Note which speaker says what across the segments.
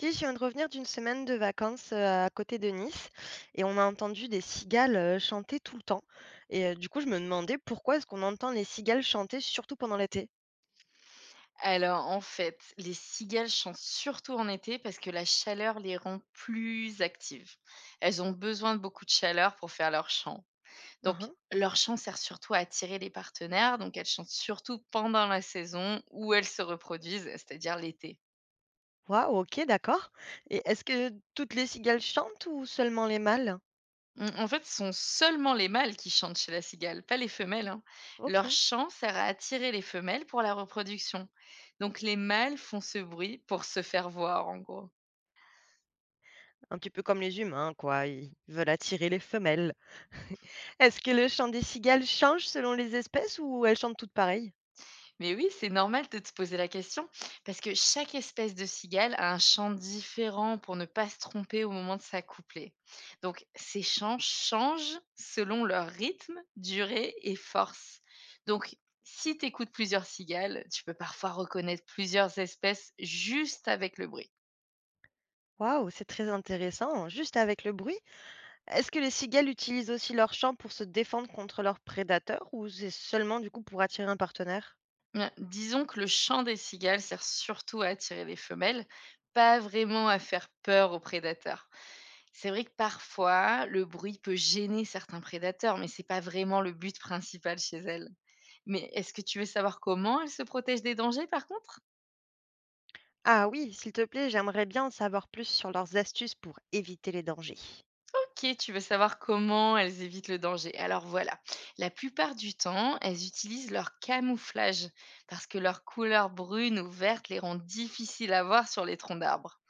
Speaker 1: Si, je viens de revenir d'une semaine de vacances, à côté de Nice et on a entendu des cigales, chanter tout le temps et du coup, je me demandais pourquoi est-ce qu'on entend les cigales chanter surtout pendant l'été?
Speaker 2: Alors, en fait, les cigales chantent surtout en été parce que la chaleur les rend plus actives. Elles ont besoin de beaucoup de chaleur pour faire leur chant.
Speaker 1: Hein,
Speaker 2: Donc,
Speaker 1: hein.
Speaker 2: leur chant sert surtout à attirer les partenaires, donc elles chantent surtout pendant la saison où elles se reproduisent, c'est-à-dire l'été.
Speaker 1: Waouh, OK, d'accord, et est-ce que toutes les cigales chantent ou seulement les mâles?
Speaker 2: En fait, ce sont seulement les mâles qui chantent chez la cigale, pas les femelles, hein. Leur
Speaker 1: OK,
Speaker 2: chant sert à attirer les femelles pour la reproduction. Donc, les mâles font ce bruit pour se faire voir, en gros.
Speaker 1: un petit peu comme les humains quoi, ils veulent attirer les femelles. Est-ce que le chant des cigales change selon les espèces ou elles chantent toutes pareilles?
Speaker 2: Mais oui, c'est normal de te poser la question, parce que chaque espèce de cigale a un chant différent pour ne pas se tromper au moment de s'accoupler. Donc, ces chants changent selon leur rythme, durée et force. Donc, si tu écoutes plusieurs cigales, tu peux parfois reconnaître plusieurs espèces juste avec le bruit.
Speaker 1: Waouh, c'est très intéressant, juste avec le bruit? Est-ce que les cigales utilisent aussi leur chant pour se défendre contre leurs prédateurs ou c'est seulement du coup pour attirer un partenaire?
Speaker 2: Bien, disons que le chant des cigales sert surtout à attirer les femelles, pas vraiment à faire peur aux prédateurs. C'est vrai que parfois, le bruit peut gêner certains prédateurs, mais c'est pas vraiment le but principal chez elles. Mais est-ce que tu veux savoir comment elles se protègent des dangers, par contre?
Speaker 1: Ah oui, s'il te plaît, j'aimerais bien en savoir plus sur leurs astuces pour éviter les dangers.
Speaker 2: Ok, tu veux savoir comment elles évitent le danger. Alors voilà, la plupart du temps, elles utilisent leur camouflage parce que leur couleur brune ou verte les rend difficiles à voir sur les troncs d'arbres.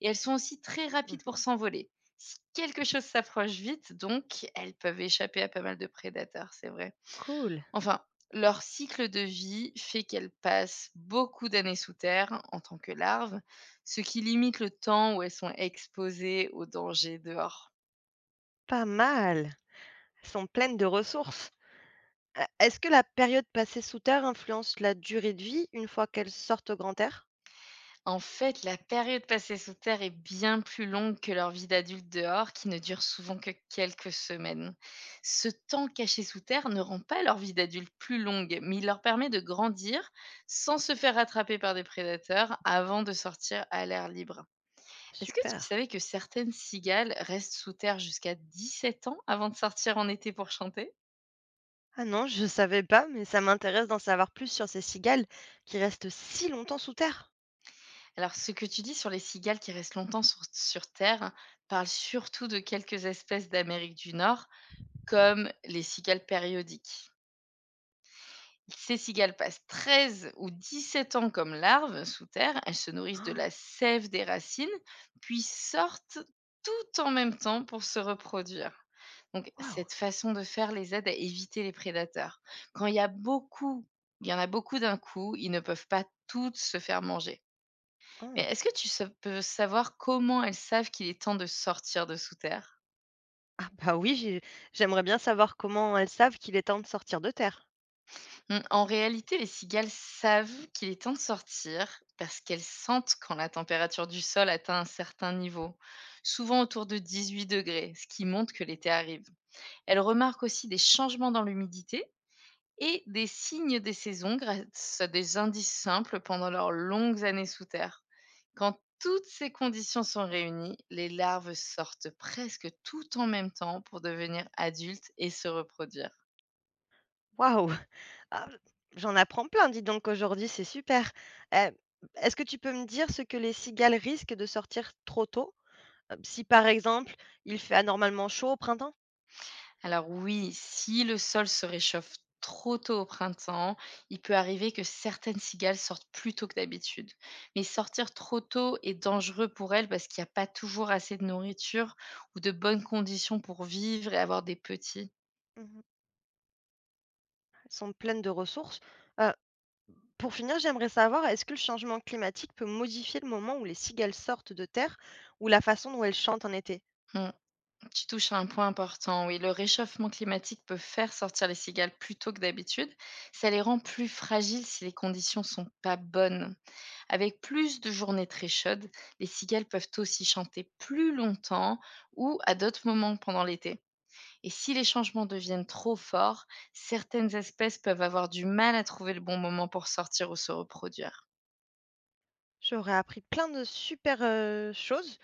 Speaker 2: Et elles sont aussi très rapides pour
Speaker 1: Mhm.
Speaker 2: s'envoler. Si quelque chose s'approche vite, donc, elles peuvent échapper à pas mal de prédateurs, c'est vrai.
Speaker 1: Cool,
Speaker 2: Enfin, leur cycle de vie fait qu'elles passent beaucoup d'années sous terre en tant que larves, ce qui limite le temps où elles sont exposées aux dangers dehors.
Speaker 1: pas mal. Elles sont pleines de ressources. Est-ce que la période passée sous terre influence la durée de vie une fois qu'elles sortent au grand air?
Speaker 2: En fait, la période passée sous terre est bien plus longue que leur vie d'adulte dehors, qui ne dure souvent que quelques semaines. Ce temps caché sous terre ne rend pas leur vie d'adulte plus longue, mais il leur permet de grandir sans se faire attraper par des prédateurs avant de sortir à l'air libre. Est-ce que tu
Speaker 1: Super.
Speaker 2: savais que certaines cigales restent sous terre jusqu'à 17 ans avant de sortir en été pour chanter?
Speaker 1: Ah non, je savais pas, mais ça m'intéresse d'en savoir plus sur ces cigales qui restent si longtemps sous terre.
Speaker 2: Alors, ce que tu dis sur les cigales qui restent longtemps sur terre parle surtout de quelques espèces d'Amérique du Nord, comme les cigales périodiques. Ces cigales passent 13 ou 17 ans comme larves sous terre, elles se nourrissent de
Speaker 1: Ah.
Speaker 2: la sève des racines, puis sortent tout en même temps pour se reproduire. Donc
Speaker 1: Waouh.
Speaker 2: cette façon de faire les aide à éviter les prédateurs. Quand il y a beaucoup, il y en a beaucoup d'un coup, ils ne peuvent pas toutes se faire manger. Mais
Speaker 1: Ah.
Speaker 2: est-ce que tu peux savoir comment elles savent qu'il est temps de sortir de sous terre?
Speaker 1: Ah bah oui, j'aimerais bien savoir comment elles savent qu'il est temps de sortir de terre.
Speaker 2: En réalité, les cigales savent qu'il est temps de sortir parce qu'elles sentent quand la température du sol atteint un certain niveau, souvent autour de 18 degrés, ce qui montre que l'été arrive. Elles remarquent aussi des changements dans l'humidité et des signes des saisons grâce à des indices simples pendant leurs longues années sous terre. Quand toutes ces conditions sont réunies, les larves sortent presque toutes en même temps pour devenir adultes et se reproduire.
Speaker 1: Waouh! Ah, j'en apprends plein, dis donc aujourd'hui, c'est super. Hem, est-ce que tu peux me dire ce que les cigales risquent de sortir trop tôt? Si par exemple, il fait anormalement chaud au printemps?
Speaker 2: Alors oui, si le sol se réchauffe trop tôt au printemps, il peut arriver que certaines cigales sortent plus tôt que d'habitude. Mais sortir trop tôt est dangereux pour elles parce qu'il n'y a pas toujours assez de nourriture ou de bonnes conditions pour vivre et avoir des petits.
Speaker 1: Mmh. Elles sont pleines de ressources. Pour finir, j'aimerais savoir, est-ce que le changement climatique peut modifier le moment où les cigales sortent de terre ou la façon dont elles chantent en été?
Speaker 2: Hmm. Tu touches à un point important, oui. Le réchauffement climatique peut faire sortir les cigales plus tôt que d'habitude. Ça les rend plus fragiles si les conditions sont pas bonnes. Avec plus de journées très chaudes, les cigales peuvent aussi chanter plus longtemps ou à d'autres moments pendant l'été. Et si les changements deviennent trop forts, certaines espèces peuvent avoir du mal à trouver le bon moment pour sortir ou se reproduire.
Speaker 1: J'aurais appris plein de super choses.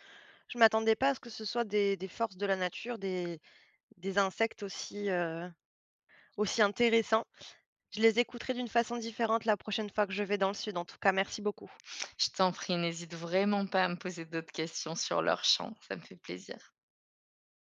Speaker 1: Je m'attendais pas à ce que ce soit des forces de la nature, des insectes aussi, aussi intéressants. Je les écouterai d'une façon différente la prochaine fois que je vais dans le sud. En tout cas, merci beaucoup.
Speaker 2: Je t'en prie, n'hésite vraiment pas à me poser d'autres questions sur leur chant, ça me fait plaisir.